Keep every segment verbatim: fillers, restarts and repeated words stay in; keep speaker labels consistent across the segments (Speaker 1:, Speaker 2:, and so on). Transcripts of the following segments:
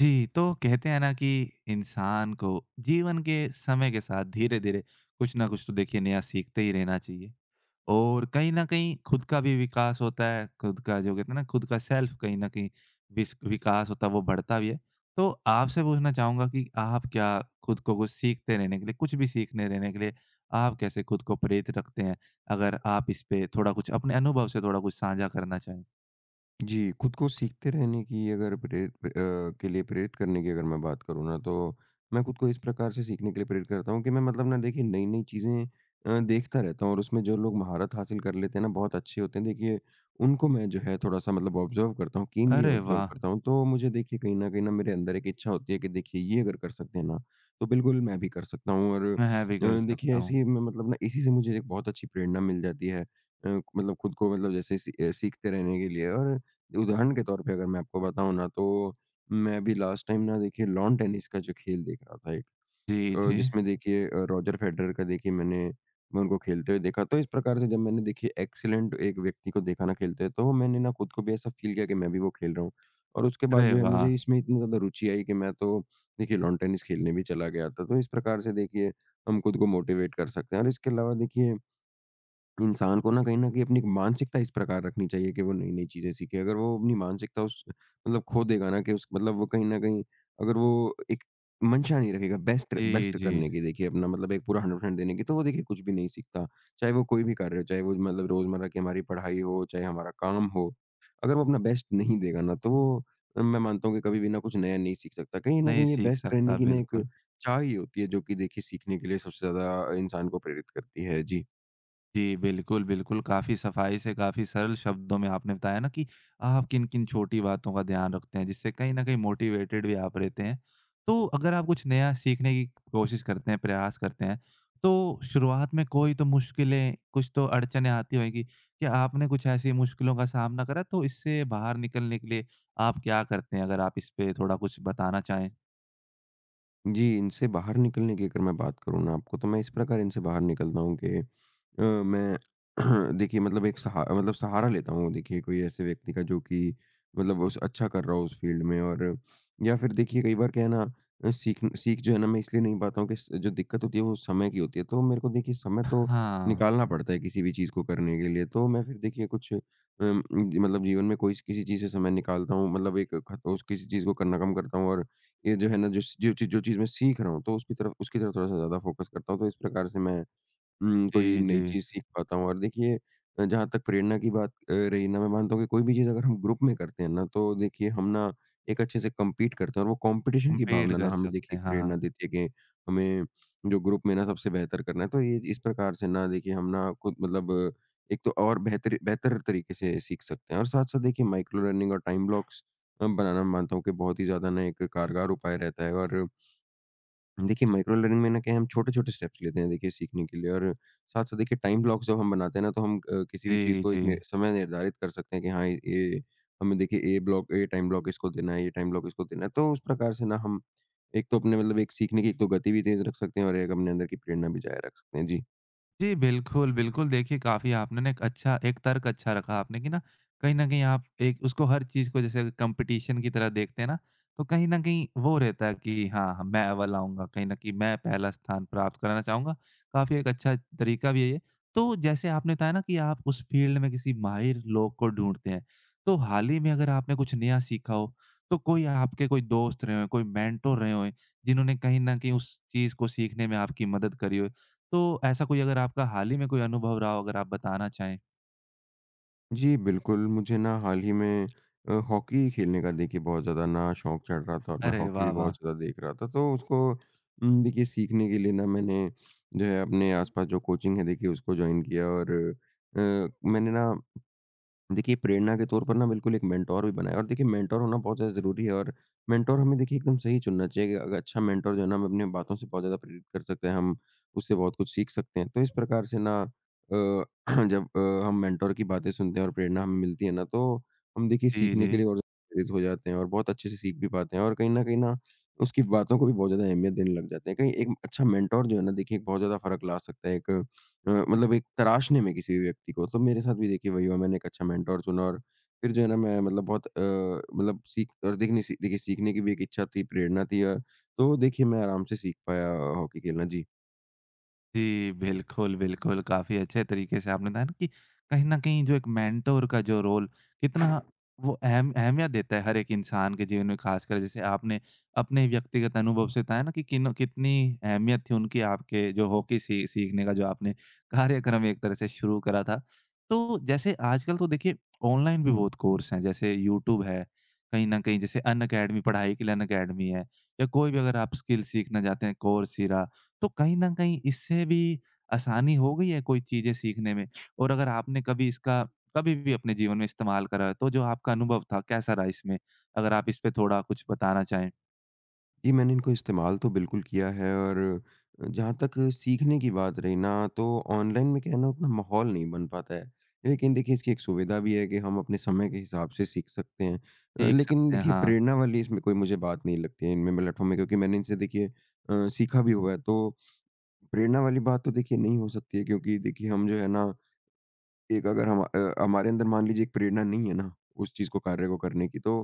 Speaker 1: जी, तो कहते हैं ना कि इंसान को जीवन के समय के साथ धीरे-धीरे कुछ ना कुछ तो देखिए नया सीखते ही रहना चाहिए और कहीं न कहीं खुद का भी विकास होता है, खुद का जो कहते हैं ना खुद का सेल्फ कहीं न कहीं विस विकास होता है वो बढ़ता भी है। तो आपसे पूछना चाहूँगा कि आप क्या खुद को कुछ सीखते रहने के लिए कुछ भी सीखने रहने के लिए आप कैसे खुद को प्रेरित रखते हैं? अगर आप इस पे थोड़ा कुछ अपने अनुभव से थोड़ा कुछ साझा करना चाहें?
Speaker 2: जी, खुद को सीखते रहने की अगर प्रेरित प्रे- अ, के लिए प्रेरित करने की अगर मैं बात करूँ ना, तो मैं खुद को इस प्रकार से सीखने के लिए प्रेरित करता हूँ कि मैं मतलब ना देखिए नई-नई चीज़ें अ, देखता रहता हूँ और उसमें जो लोग महारत हासिल कर लेते हैं ना, बहुत अच्छे होते हैं, देखिए उनको मैं जो है थोड़ा-सा मतलब ऑब्ज़र्व करता हूँ, कीनली
Speaker 1: अरे
Speaker 2: ऑब्ज़र्व
Speaker 1: वाह!
Speaker 2: करता हूँ। तो मुझे देखिए कहीं न कहीं ना मेरे अंदर एक इच्छा होती है कि देखिए ये अगर कर सकते हैं ना, तो बिल्कुल मैं भी कर सकता हूँ और
Speaker 1: मैं भी कर
Speaker 2: अ, देखिए
Speaker 1: सकता हूँ।
Speaker 2: ऐसे ही मैं मतलब ना इसी से मुझे एक बहुत अच्छी प्रेरणा मिल जाती है। अ, मतलब खुद को मतलब जैसे सी अ, सीखते रहने के लिए और उदाहरण के तौर पे अगर मैं आपको बताऊँ ना तो, मैं अभी लास्ट टाइम ना देखिए लॉन टेनिस का जो खेल देख रहा था एक
Speaker 1: जी,
Speaker 2: अ,
Speaker 1: जी।
Speaker 2: जिसमें देखिए अ, रॉजर फेडरर का देखिए मैंने मैं उनको खेलते हुए देखा। तो इस प्रकार से जब मैंने देखिए एक्सीलेंट एक व्यक्ति को देखा ना खेलते हुए तो मैंने ना खुद को भी ऐसा फ़ील किया कि मैं भी वो खेल रहा हूँ। और उसके बाद
Speaker 1: अरे
Speaker 2: जो है
Speaker 1: वाह!
Speaker 2: मुझे इसमें इतनी ज़्यादा रुचि आई कि मैं तो देखिए लॉन टेनिस खेलने भी चला गया था। तो इस प्रकार से देखिए हम खुद को मोटिवेट कर सकते हैं और इसके अलावा देखिए इंसान को ना कहीं न कहीं अपनी एक मानसिकता इस प्रकार रखनी चाहिए कि वो नई-नई चीज़ें सीखे। अगर वो अपनी मानसिकता उस मतलब खो देगा ना कि उस मतलब वो कहीं न कहीं अगर वो एक मंशा नहीं रखेगा बेस्ट
Speaker 1: जी,
Speaker 2: बेस्ट
Speaker 1: जी।
Speaker 2: करने की देखिए अपना मतलब एक पूरा हंड्रेड परसेंट देने की, तो वो देखिए कुछ भी नहीं सीखता। चाहे वो कोई भी कार्य हो, चाहे वो मतलब रोज़मर्रा की हमारी पढ़ाई हो, चाहे हमारा काम हो। अगर वो अपना बेस्ट नहीं देगा ना तो वो अ, मैं मानता हूँ कि कभी भी ना कुछ नया नहीं सीख सकता। कहीं न
Speaker 1: नहीं
Speaker 2: कहीं ये
Speaker 1: सीख
Speaker 2: बेस्ट रहने
Speaker 1: सकता,
Speaker 2: की ना एक
Speaker 1: बिल्कुल।
Speaker 2: चाह ही होती है जो कि देखिए सीखने के लिए सबसे ज़्यादा इंसान को प्रेरित करती है। जी।
Speaker 1: जी, बिल्कुल, बिल्कुल, काफ़ी सफाई से, काफ़ी सरल शब्दों में आपने बताया ना कि आप किन-किन छोटी बातों का ध्यान रखते हैं, जिससे कहीं न कहीं मोटिवेटेड भी आप रहते हैं। तो अगर आप कुछ नया सीखने की कोशिश करते हैं, प्रयास करते हैं, तो शुरुआत में कोई तो मुश्किलें, कुछ तो अड़चनें आती होंगी। क्या आपने कुछ ऐसी मुश्किलों का सामना करा? तो इससे बाहर निकलने के लिए आप क्या करते हैं? अगर आप इस पे थोड़ा कुछ बताना चाहें?
Speaker 2: जी, इनसे बाहर निकलने की अगर मैं बात करूँ ना आपको, तो मैं इस प्रकार इनसे बाहर निकलता हूँ कि, अ, मैं देखिए मतलब एक सहा मतलब सहारा लेता हूँ देखिए कोई ऐसे व्यक्ति का जो कि मतलब उस अच्छा कर रहा हो उस फ़ील्ड में और या फिर देखिए कई बार क्या है ना अ, सीख सीख जो है ना मैं इसलिए नहीं पाता हूँ कि स जो दिक्कत होती है वो समय की होती है। तो मेरे को देखिए समय तो
Speaker 1: हाँ।
Speaker 2: निकालना पड़ता है किसी भी चीज़ को करने के लिए। तो मैं फिर देखिए कुछ अम, जी- मतलब जीवन में कोई किसी चीज़ से समय निकालता हूँ मतलब एक ख उस किसी चीज़ को करना कम करता हूँ और ये जो है ना जिस जो चीज़ जो चीज़ मैं सीख रहा हूँ तो उसकी तरफ उसकी तरफ थोड़ा-सा ज़्यादा फ़ोकस करता हूँ। तो इस प्रकार से मैं उम, कोई
Speaker 1: जी,
Speaker 2: नई
Speaker 1: जी।
Speaker 2: चीज़ सीख पाता हूँ और देखिए अ, जहाँ तक प्रेरणा की बात अ, रही ना मैं मानता हूँ कि कोई भी चीज़ अगर हम ग्रुप में करते हैं ना तो देखिए हम ना एक अच्छे से कम्पीट करते हैं और वो कॉम्पिटिशन की
Speaker 1: कंपेयर्ड
Speaker 2: भावना ना
Speaker 1: कर
Speaker 2: हमें
Speaker 1: सकते
Speaker 2: देखिए एक
Speaker 1: हैं,
Speaker 2: प्रेरणा
Speaker 1: हाँ।
Speaker 2: देती है कि हमें जो ग्रुप में ना सबसे बेहतर करना है। तो ये इस प्रकार से ना देखिए हम ना खुद मतलब अ, एक तो और बेहतर बेहतर तरीके से सीख सकते हैं और साथ-साथ देखिए माइक्रो लर्निंग और टाइम ब्लॉक्स अ, बनाना मैं मानता हूँ कि बहुत ही ज़्यादा ना एक कारगर उपाय रहता है और देखिए, माइक्रो लर्निंग में ना क्या है, हम छोटे-छोटे स्टेप्स लेते हैं देखिए सीखने के लिए और साथ-साथ देखिए टाइम ब्लॉक्स जब हम बनाते हैं ना, तो हम अ, किसी भी चीज़
Speaker 1: जी,
Speaker 2: को एक नि
Speaker 1: जी।
Speaker 2: समय निर्धारित कर सकते हैं कि हाँ, ये हमें देखिए ये ब्लॉक ये टाइम ब्लॉक इसको देना है, ये टाइम ब्लॉक इसको देना है। तो उस प्रकार से ना हम एक तो अपने मतलब एक सीखने की एक तो गति भी तेज़ रख सकते हैं और एक अपने अंदर की प्रेरणा भी जारी रख सकते हैं। जी।
Speaker 1: जी, बिल्कुल, बिल्कुल। देखिए, काफ़ी आपने ना एक अच्छा एक तर्क अच्छा रखा आपने कि ना, कहीं न कहीं आप एक उसको हर चीज़ को जैसे कॉम्पिटिशन की तरह देखते हैं ना, तो कहीं न कहीं वो रहता है कि हाँ, हाँ, मैं अव्वल आऊँगा, कहीं न कहीं मैं पहला स्थान प्राप्त कराना चाहूँगा। काफ़ी एक अच्छा तरीका भी है ये। तो जैसे आपने बताया ना कि आप उस फ़ील्ड में किसी माहिर लोग को ढूँढते हैं, तो हाल ही में अगर आपने कुछ नया सीखा हो, तो कोई आपके कोई दोस्त रहे हों, कोई मेंटर रहे हों, जिन्होंने कहीं न कहीं उस चीज़ को सीखने में आपकी मदद करी हो? तो ऐसा कोई अगर आपका हाल ही में कोई अनुभव रहा हो अगर आप बताना चाहें?
Speaker 2: जी, बिल्कुल, मुझे ना हाल ही में अ, हॉकी खेलने का देखिए बहुत ज़्यादा ना शौक चढ़ रहा था और मैं
Speaker 1: अरे
Speaker 2: हॉकी
Speaker 1: वाह,
Speaker 2: भी
Speaker 1: वाह!
Speaker 2: बहुत ज़्यादा देख रहा था। तो उसको उम, देखिए सीखने के लिए ना मैंने जो है अपने आस-पास जो कोचिंग है देखिए उसको जॉइन किया और अ, मैंने ना देखिए, प्रेरणा के तौर पर ना बिल्कुल एक मेंटोर भी बनाएँ और देखिए मेंटोर होना बहुत ज़्यादा ज़रूरी है और मेंटोर हमें देखिए एकदम सही चुनना चाहिए कि अग अच्छा मेंटोर जो है ना हमें अपनी बातों से बहुत ज़्यादा प्रेरित कर सकता है, हम उससे बहुत कुछ सीख सकते हैं। तो इस प्रकार से ना अ, जब अ, हम मेंटोर की बातें सुनते हैं और प्रेरणा हमें मिलती है ना, तो हम देखिए
Speaker 1: जी, जी।
Speaker 2: सीखने के लिए और ज़्यादा प्रेरित हो जाते हैं और बहुत अच्छे से सीख भी पाते हैं और कहीं न कहीं ना उसकी बातों को भी बहुत ज़्यादा अहमियत देने लग जाते हैं। कहीं एक अच्छा मेंटोर जो है ना देखिए बहुत ज़्यादा फ़र्क ला सकता है एक अ, मतलब एक तराशने में किसी भी व्यक्ति को, तो मेरे साथ भी देखिए वही हुआ, मैंने एक अच्छा मेंटर चुना और फिर जो है ना मैं मतलब बहुत अ, मतलब सीख और देखने सी देखिए सीखने की भी एक इच्छा थी, प्रेरणा थी अ, तो देखिए मैं आराम से सीख पाया हॉकी खेलना। जी।
Speaker 1: जी, बिल्कुल, बिल्कुल। काफ़ी अच्छे तरीके से आपने बताया ना कि कहीं न कहीं जो एक मेंटर का जो रोल कितना वो अहम अहमियत देता है हर एक इंसान के जीवन में ख़ासकर जैसे आपने अपने व्यक्तिगत अनुभव से बताया ना कि किन कितनी अहमियत थी उनकी आपके जो हॉकी सी सीखने का जो आपने कार्यक्रम एक तरह से शुरू करा था। तो जैसे आजकल तो देखिए ऑनलाइन भी बहुत कोर्स हैं जैसे यूट्यूब है, कहीं न कहीं जैसे अनअकैडमी पढ़ाई के लिए अनअकैडमी है या कोई भी अगर आप स्किल सीखना चाहते हैं कोर्सेरा तो कहीं न कहीं इससे भी आसानी हो गई है कोई चीज़ें सीखने में? और अगर आपने कभी इसका कभी भी अपने जीवन में इस्तेमाल करा, है, तो जो आपका अनुभव था कैसा रहा इसमें? अगर आप इस पे थोड़ा कुछ बताना चाहें।
Speaker 2: जी, मैंने इनको इस्तेमाल तो बिल्कुल किया है और अ, जहाँ तक सीखने की बात रही ना, तो ऑनलाइन में क्या है ना उतना माहौल नहीं बन पाता है। लेकिन देखिए इसकी एक सुविधा भी है कि हम अपने समय के हिसाब से सीख सकते हैं। अ,
Speaker 1: सीख
Speaker 2: लेकिन
Speaker 1: सकते हैं,
Speaker 2: देखिए
Speaker 1: हाँ।
Speaker 2: प्रेरणा वाली इसमें कोई मुझे बात नहीं लगती है इनमें प्लेटफ़ॉर्म में क्योंकि मैंने इनसे देखिए अ, सीखा भी हुआ है। तो प्रेरणा वाली बात तो देखिए नहीं हो सकती है क्योंकि देखिए हम जो है ना एक अगर हम अ, हमारे अंदर मान लीजिए एक प्रेरणा नहीं है ना उस चीज़ को कार्य को करने की तो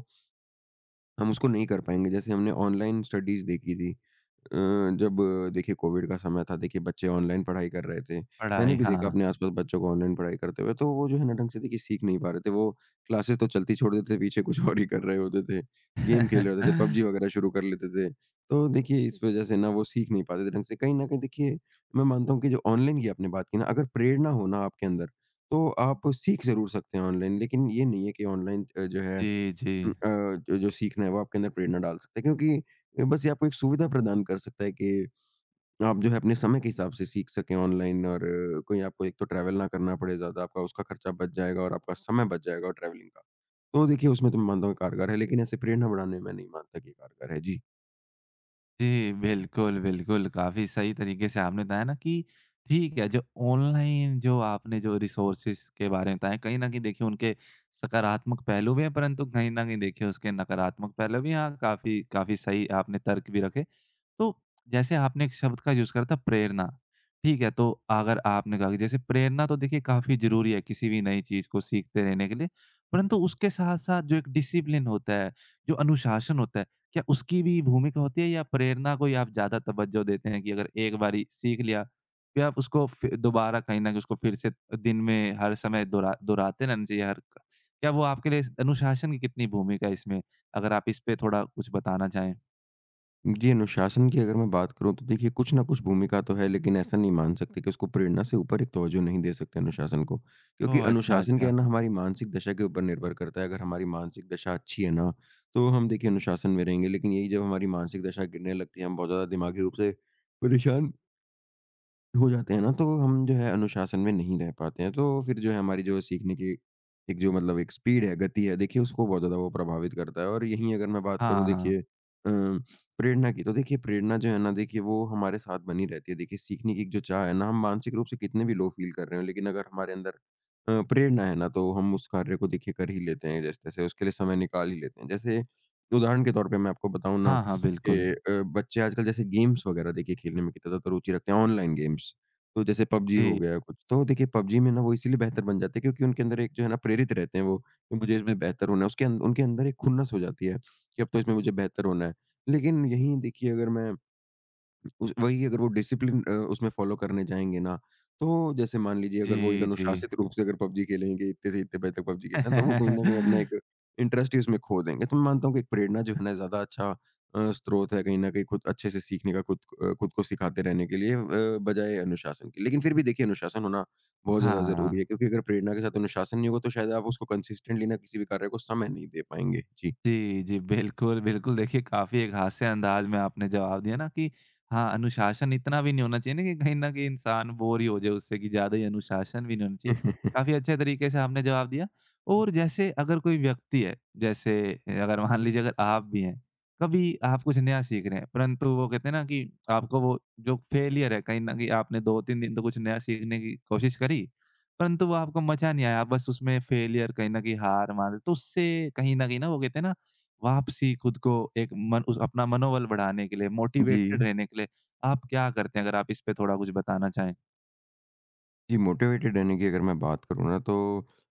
Speaker 2: हम उसको नहीं कर पाएँगे। जैसे हमने ऑनलाइन स्टडीज़ देखी थी। अ, जब अ, देखिए कोविड का समय था, देखिए बच्चे ऑनलाइन पढ़ाई कर रहे थे। मैंने
Speaker 1: पढ़ाई,
Speaker 2: भी देखा
Speaker 1: हाँ।
Speaker 2: अपने आस-पास बच्चों को ऑनलाइन पढ़ाई करते हुए, तो वो जो है ना ढंग से देखिए सीख नहीं पा रहे थे। वो क्लासेस तो चलती छोड़ देते थे, पीछे कुछ और ही कर रहे होते थे। गेम खेल रहे होते थे, पबजी वगैरह शुरू कर लेते थे। तो देखिए इस वज़ह से ना वो सीख नहीं पाते थे ढंग से। कहीं न कहीं देखिए मैं मानता हूँ कि जो ऑनलाइन की आपने बात की ना, अगर प्रेरणा हो ना आपके अंदर, तो आप सीख ज़रूर सकते हैं ऑनलाइन। लेकिन ये नहीं है कि ऑनलाइन अ, जो है
Speaker 1: जी, जी।
Speaker 2: उम, अ, जो जो सीखना है वो आपके अंदर प्रेरणा डाल सकता है क्योंकि बस ये आपको एक सुविधा प्रदान कर सकता है कि आप जो है अपने समय के हिसाब से सीख सकें ऑनलाइन और अ, कोई आपको एक तो ट्रैवल ना करना पड़े ज़्यादा, आपका उसका खर्चा बच जाएगा और आपका समय बच जाएगा ट्रैवलिंग का। तो देखिए उसमें तो मैं मानता हूँ कारगर है, लेकिन ऐसे प्रेरणा बढ़ाने में नहीं मानता कि ये कारगर है। जी।
Speaker 1: जी, बिल्कुल, बिल्कुल, काफ़ी सही तरीके से आपने बताया ना कि ठीक है, जो ऑनलाइन जो आपने जो रिसोर्सेज़ के बारे में बताया, कहीं न कहीं देखिए उनके सकारात्मक पहलू भी हैं, परंतु कहीं न कहीं देखिए उसके नकारात्मक पहलू भी हैं। हाँ, काफ़ी काफ़ी सही आपने तर्क भी रखे। तो जैसे आपने एक शब्द का यूज़ करा था प्रेरणा, ठीक है, तो अगर आपने कहा कि जैसे प्रेरणा तो देखिए काफ़ी ज़रूरी है किसी भी नई चीज़ को सीखते रहने के लिए, परंतु उसके साथ-साथ जो एक डिसिप्लिन होता है, जो अनुशासन होता है क्या उसकी भी भूमिका होती है या प्रेरणा को ही आप ज़्यादा तवज्जो देते हैं कि अगर एक बारी सीख लिया, फिर आप उसको फि दोबारा कहीं न कहीं उसको फिर से दिन में हर समय दोहरा दोहराते रहना चाहिए हर क क्या वो आपके लिए अनुशासन की कितनी भूमिका है इसमें? अगर आप इस पे थोड़ा कुछ बताना चाहें?
Speaker 2: जी, अनुशासन की अगर मैं बात करूँ तो देखिए कुछ ना कुछ भूमिका तो है लेकिन ऐसा नहीं मान सकते कि उसको प्रेरणा से ऊपर एक तवज्जो नहीं दे सकते अनुशासन को। क्योंकि
Speaker 1: ओह! अच्छा,
Speaker 2: अनुशासन क्या
Speaker 1: अच्छा।
Speaker 2: है ना हमारी मानसिक दशा के ऊपर निर्भर करता है, अगर हमारी मानसिक दशा अच्छी है ना, तो हम देखिए अनुशासन में रहेंगे लेकिन यही जब हमारी मानसिक दशा गिरने लगती है, हम बहुत ज़्यादा दिमागी रूप से परेशान हो जाते हैं ना, तो हम जो है अनुशासन में नहीं रह पाते हैं। तो फिर जो है हमारी जो सीखने की एक जो मतलब एक स्पीड है, गति है, देखिए उसको बहुत ज़्यादा वो प्रभावित करता है। और यहीं अगर मैं बात करूँ
Speaker 1: हाँ।
Speaker 2: देखिए अ, प्रेरणा की, तो देखिए प्रेरणा जो है ना देखिए वो हमारे साथ बनी रहती है। देखिए सीखने की एक जो चाह है ना, हम मानसिक रूप से कितने भी लो फ़ील कर रहे हों, लेकिन अगर हमारे अंदर अ, प्रेरणा है ना, तो हम उस कार्य को देखिए कर ही लेते हैं जैसे-तैसे, उसके लिए समय निकाल ही लेते हैं। जैसे उदाहरण के तौर पे मैं आपको बताऊँ ना
Speaker 1: हाँ, हाँ, बिल्कुल।
Speaker 2: के अ, बच्चे आजकल जैसे गेम्स वगैरह देखिए खेलने में कितना ज़्यादा रुचि रखते हैं, ऑनलाइन गेम्स। तो जैसे पबजी हो
Speaker 1: जी।
Speaker 2: गया कुछ, तो देखिए पबजी में ना वो इसीलिए बेहतर बन जाते हैं क्योंकि उनके अंदर एक जो है ना प्रेरित रहते हैं वो, कि मुझे इसमें बेहतर होना है। उसके अं उनके अंदर एक खुन्नस हो जाती है कि अब तो इसमें मुझे बेहतर होना है। लेकिन यहीं देखिए, अगर मैं उस वही अगर वो डिसिप्लिन अ, उसमें फ़ॉलो करने जाएँगे ना, तो जैसे मान लीजिए, अगर वो एक
Speaker 1: जी, जी।
Speaker 2: अनुशासित रूप से अगर पबजी खेलेंगे, इतने से इतने बजे तक पबजी खेलना है, तो वो कहीं न कहीं अपना एक इंटरेस्ट ही उसमें खो देंगे। तो मैं मानता हूँ कि एक प्रेरणा जो है ना ज़्यादा अच्छा अ, स्रोत है कहीं न कहीं खुद अच्छे से सीखने का, खुद अ, खुद को सिखाते रहने के लिए, अ, बजाय अनुशासन के। लेकिन फिर भी देखिए, अनुशासन होना बहुत ज़्यादा
Speaker 1: हाँ।
Speaker 2: ज़रूरी है, क्योंकि अगर प्रेरणा के साथ अनुशासन नहीं होगा तो शायद आप उसको कंसिस्टेंटली ना किसी भी कार्य को समय नहीं दे पाएँगे। जी।
Speaker 1: जी, जी। बिल्कुल, बिल्कुल। देखिए, काफ़ी एक हास्य अंदाज़ में आपने जवाब दिया ना कि हाँ, अनुशासन इतना भी नहीं होना चाहिए ना कि कहीं न कहीं इंसान बोर ही हो जाए उससे कि ज़्यादा ही अनुशासन भी नहीं होना चाहिए। काफ़ी अच्छे तरीके से आपने जवाब दिया और जैसे अगर कोई व्यक्ति है, जैसे अगर मान लीजिए अगर आप भी हैं, कभी आप कुछ नया सीख रहे हैं, परंतु वो कहते हैं ना कि आपको वो जो फ़ेलियर है कहीं न कहीं आपने दो तीन दिन तो कुछ नया सीखने की कोशिश करी, परंतु वो आपको मज़ा नहीं आया, आप बस उसमें फ़ेलियर कहीं न कहीं हार मान रहे, तो उससे कहीं न कहीं ना वो कहते हैं ना वापसी खुद को एक मन उस अपना मनोबल बढ़ाने के लिए,
Speaker 2: जी।
Speaker 1: मोटिवेटेड रहने के लिए आप क्या करते हैं? अगर आप इस पे थोड़ा कुछ बताना चाहें।
Speaker 2: जी, मोटिवेटेड रहने की अगर मैं बात करूँ ना, तो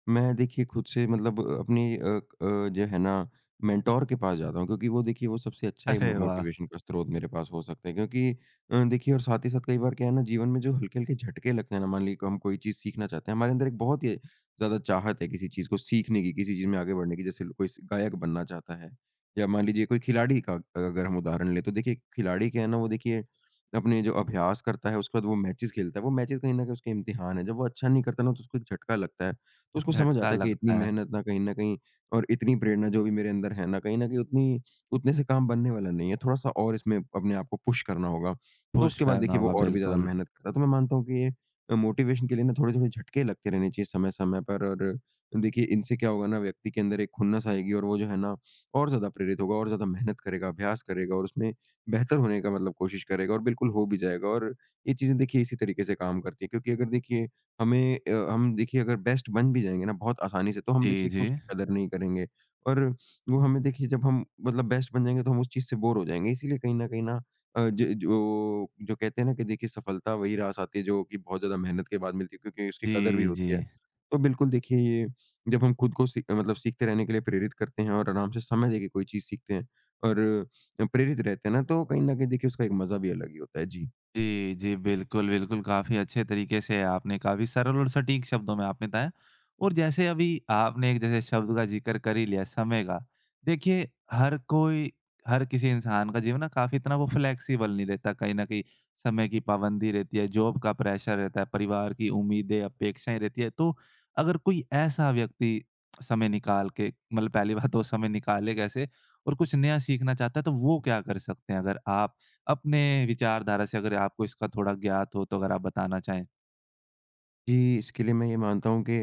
Speaker 2: मैं देखिए खुद से मतलब अपनी अ, क अ, जो है ना, मेंटर के पास जाता हूँ, क्योंकि वो देखिए वो सबसे अच्छा एक मो
Speaker 1: अरे वाह!
Speaker 2: मोटिवेशन का स्रोत मेरे पास हो सकता है, क्योंकि अ, देखिए, और साथ ही साथ कई बार क्या है ना, जीवन में जो हल्के-हल्के झटके लगते हैं ना, मान लीजिए को हम कोई चीज़ सीखना चाहते हैं, हमारे अंदर एक बहुत ही ज़्यादा चाहत है किसी चीज़ को सीखने की, किसी चीज़ में आगे बढ़ने की, जैसे कोई स गायक बनना चाहता है, या मान लीजिए कोई खिलाड़ी का अगर हम उदाहरण लें, तो देखिए खिलाड़ी क्या है ना, वो देखिए अपने जो अभ्यास करता है, उसके बाद वो मैचेज़ खेलता है, वो मैचेज़ कहीं न कहीं उसके इम्तिहान है। जब वो अच्छा नहीं करता ना, तो उसको एक झटका लगता है। तो उसको समझ
Speaker 1: झटका
Speaker 2: आता है कि इतनी
Speaker 1: लगता है।
Speaker 2: मेहनत ना कहीं न कहीं, और इतनी प्रेरणा जो भी मेरे अंदर है ना, कहीं न कहीं उतनी उतने से काम बनने वाला नहीं है। थोड़ा-सा और इसमें अपने आप को पुश करना होगा। तो
Speaker 1: पुश
Speaker 2: उसके बाद
Speaker 1: करना
Speaker 2: देखिए वो
Speaker 1: होगा
Speaker 2: और भी ज़्यादा
Speaker 1: बिल्कुल।
Speaker 2: मेहनत करता है। तो मैं मानता हूँ कि ये अ, मोटिवेशन के लिए ना थोड़े-थोड़े झटके लगते रहने चाहिए समय-समय पर। और देखिए इनसे क्या होगा ना, व्यक्ति के अंदर एक खुन्नस आएगी, और वो जो है ना और ज़्यादा प्रेरित होगा, और ज़्यादा मेहनत करेगा, अभ्यास करेगा और उसमें बेहतर होने का मतलब कोशिश करेगा, और बिल्कुल हो भी जाएगा। और ये चीज़ें देखिए इसी तरीके से काम करती हैं, क्योंकि अगर देखिए हमें अ, हम देखिए अगर बेस्ट बन भी जाएँगे ना बहुत आसानी से, तो हम
Speaker 1: जी,
Speaker 2: देखिए एक तो
Speaker 1: जी।
Speaker 2: उसकी कदर नहीं करेंगे, और वो हमें देखिए जब हम मतलब बेस्ट बन जाएँगे तो हम उस चीज़ से बोर हो जाएँगे। इसीलिए कहीं न कहीं ना, अ, ज जो जो कहते हैं ना कि देखिए, सफलता वही रास आती है जो कि बहुत ज़्यादा मेहनत के बाद मिलती है, क्योंकि उसकी कदर भी
Speaker 1: जी, जी।
Speaker 2: होती है। तो बिल्कुल देखिए, ये जब हम खुद को सी मतलब सीखते रहने के लिए प्रेरित करते हैं, और आराम से समय देके कोई चीज़ सीखते हैं और प्रेरित रहते हैं ना, तो कहीं न कहीं देखिए उसका एक मज़ा भी अलग ही होता है। जी।
Speaker 1: जी, जी। बिल्कुल, बिल्कुल। काफ़ी अच्छे तरीके से आपने काफ़ी सरल और सटीक शब्दों में आपने बताया। और जैसे अभी आपने एक जैसे शब्द का ज़िक्र कर ही लिया समय का। देखिए हर कोई हर किसी इंसान का जीवन ना काफ़ी इतना वो फ्लेक्सिबल नहीं रहता। कहीं न कहीं समय की पाबंदी रहती है, जॉब का प्रेशर रहता है, परिवार की उम्मीदें, अपेक्षाएँ रहती है। तो अगर कोई ऐसा व्यक्ति समय निकाल के मतलब पहली बात तो समय निकाले कैसे और कुछ नया सीखना चाहता है तो वो क्या कर सकते हैं? अगर आप अपने विचारधारा से अगर आपको इसका थोड़ा ज्ञात हो तो अगर आप बताना चाहें?
Speaker 2: जी, इसके लिए मैं ये मानता हूँ कि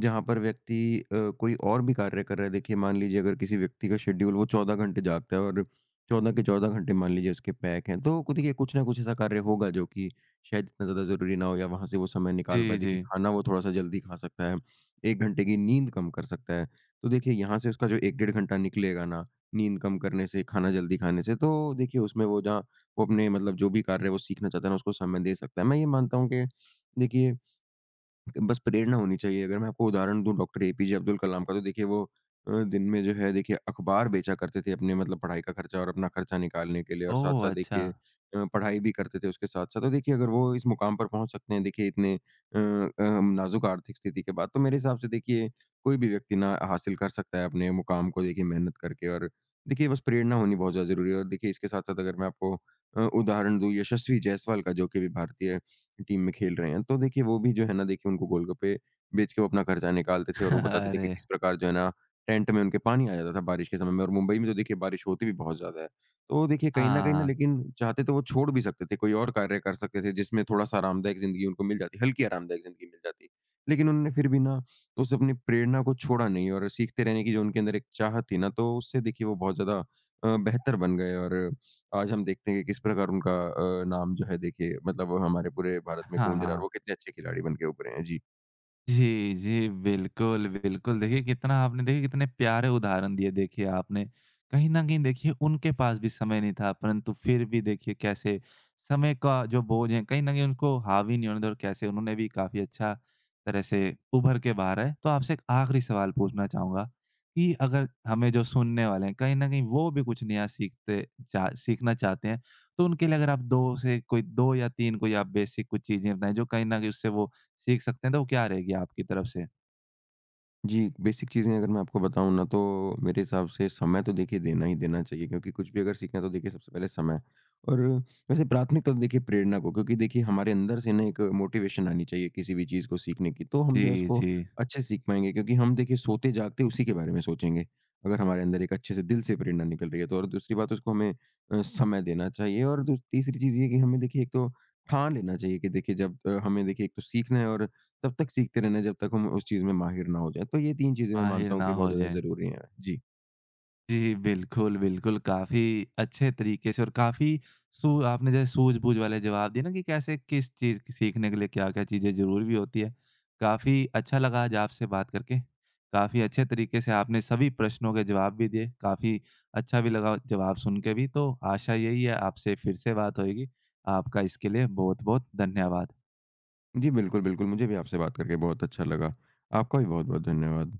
Speaker 2: जहाँ पर व्यक्ति अ, कोई और भी कार्य कर रहा है, देखिए मान लीजिए अगर किसी व्यक्ति का शेड्यूल, वो चौदह घंटे जागता है और चौदह के चौदह घंटे मान लीजिए उसके पैक हैं, तो कु- देखिए कुछ ना कुछ ऐसा कार्य होगा जो कि शायद इतना ज़्यादा ज़रूरी ना हो, या वहाँ से वो समय निकाल पाए।
Speaker 1: जी, जी।
Speaker 2: देखिए खाना वो थोड़ा-सा जल्दी खा सकता है, एक घंटे की नींद कम कर सकता है, तो देखिए यहाँ से उसका जो एक डेढ़ घंटा निकलेगा ना, नींद कम करने से, खाना जल्दी खाने से, तो देखिए उसमें वो जहाँ वो अपने मतलब जो भी कार्य वो सीखना चाहता है ना उसको समय दे सकता है। मैं ये मानता हूँ कि देखिए बस प्रेरणा होनी चाहिए। अगर मैं आपको उदाहरण दूँ डॉक्टर एपीजे अब्दुल कलाम का, तो देखिए वो अ, दिन में जो है देखिए अखबार बेचा करते थे, अपने मतलब पढ़ाई का खर्चा और अपना खर्चा निकालने के लिए, और
Speaker 1: ओह!
Speaker 2: साथ-साथ
Speaker 1: अच्छा।
Speaker 2: देखिए अ, पढ़ाई भी करते थे उसके साथ-साथ। तो देखिए अगर वो इस मुकाम पर पहुँच सकते हैं, देखिए इतने अ अ, नाज़ुक आर्थिक स्थिति के बाद, तो मेरे हिसाब से देखिए कोई भी व्यक्ति ना हासिल कर सकता है अपने मुकाम को देखिए मेहनत करके, और देखिए बस प्रेरणा होनी बहुत ज़्यादा ज़रूरी है। और देखिए इसके साथ-साथ अगर मैं आपको अ, उदाहरण दूँ यशस्वी जायसवाल का, जो कि अभी भारतीय टीम में खेल रहे हैं, तो देखिए वो भी जो है ना, देखिए उनको गोलगप्पे बेच के वो अपना खर्चा निकालते थे, और वो बताते थे कि
Speaker 1: अरे!
Speaker 2: किस प्रकार जो है ना टेंट में उनके पानी आ जाता था बारिश के समय में, और मुंबई में तो देखिए बारिश होती भी बहुत ज़्यादा है। तो देखिए कहीं न कहीं ना,
Speaker 1: हाँ,
Speaker 2: लेकिन चाहते तो वो छोड़ भी सकते थे, कोई और कार्य कर सकते थे, जिसमें थोड़ा-सा आरामदायक ज़िंदगी उनको मिल जाती, हल्की आरामदायक ज़िंदगी मिल जाती। लेकिन उन्होंने फिर भी ना उस अपनी प्रेरणा को छोड़ा नहीं, और सीखते रहने की जो उनके अंदर एक चाहत थी ना, तो उससे देखिए वो बहुत ज़्यादा अ, बेहतर बन गए, और आज हम देखते हैं कि किस प्रकार उनका अ, नाम जो है देखिए मतलब वो हमारे पूरे भारत में गूंज रहा है, और
Speaker 1: हाँ।
Speaker 2: वो कितने अच्छे खिलाड़ी बन के उभरे हैं। जी।
Speaker 1: जी, जी। बिल्कुल, बिल्कुल। देखिए कितना आपने देखिए कितने प्यारे उदाहरण दिए देखिए आपने। कहीं न कहीं देखिए उनके पास भी समय नहीं था परंतु फिर भी देखिए कैसे समय का जो बोझ है कहीं न कहीं उनको हावी नहीं होने दिया और कैसे उन्होंने भी काफ़ी अच्छा तरह से उभर के बाहर आए। तो आपसे एक आखिरी सवाल पूछना चाहूँगा कि अगर हमें जो सुनने वाले हैं कहीं न कहीं वो भी कुछ नया सीखते चा सीखना चाहते हैं। तो उनके लिए अगर आप दो से कोई दो या तीन कोई आप बेसिक कुछ चीज़ें बताएँ जो कहीं न कहीं उससे वो सीख सकते हैं तो वो क्या रहेगी आपकी तरफ से?
Speaker 2: जी, बेसिक चीज़ें अगर मैं आपको बताऊँ ना, तो मेरे हिसाब से समय तो देखिए देना ही देना चाहिए, क्योंकि कुछ भी अगर सीखना है, तो देखिए सबसे पहले समय। और वैसे प्राथमिकता तो देखिए प्रेरणा को, क्योंकि देखिए हमारे अंदर से ना एक मोटिवेशन आनी चाहिए किसी भी चीज़ को सीखने की, तो हम जो है
Speaker 1: जी,
Speaker 2: उसको
Speaker 1: जी।
Speaker 2: अच्छे से सीख पाएँगे, क्योंकि हम देखिए सोते-जागते उसी के बारे में सोचेंगे। अगर हमारे अंदर एक अच्छे से दिल से प्रेरणा निकल रही है, तो और दूसरी बात उसको हमें अ, समय देना चाहिए, और दू तीसरी चीज़ ये है कि हमें देखिए एक तो ठान लेना चाहिए कि देखिए जब अ, हमें देखिए एक तो सीखना है, और तब तक सीखते रहना जब तक हम उस चीज़ में माहिर ना हो जाएँ। तो ये तीन चीज़ें मैं
Speaker 1: माहिर
Speaker 2: मानता हूँ
Speaker 1: ना
Speaker 2: कि बहुत
Speaker 1: हो
Speaker 2: ज़्यादा
Speaker 1: जाएँ।
Speaker 2: ज़रूरी हैं। जी।
Speaker 1: जी, बिल्कुल, बिल्कुल काफ़ी अच्छे तरीके से और काफ़ी सू आपने जैसे सूझबूझ वाले जवाब दिए ना कि कैसे किस चीज़ की सीखने के लिए क्या-क्या चीज़ें ज़रूरी भी होती है। काफ़ी अच्छा लगा आज आपसे बात करके। काफ़ी अच्छे तरीके से आपने सभी प्रश्नों के जवाब भी दिए। काफ़ी अच्छा भी लगा जवाब सुन के भी। तो आशा यही है आपसे फिर से बात होएगी। आपका इसके लिए बहुत-बहुत धन्यवाद।
Speaker 2: जी, बिल्कुल, बिल्कुल। मुझे भी आपसे बात करके बहुत अच्छा लगा। आपका भी बहुत-बहुत धन्यवाद।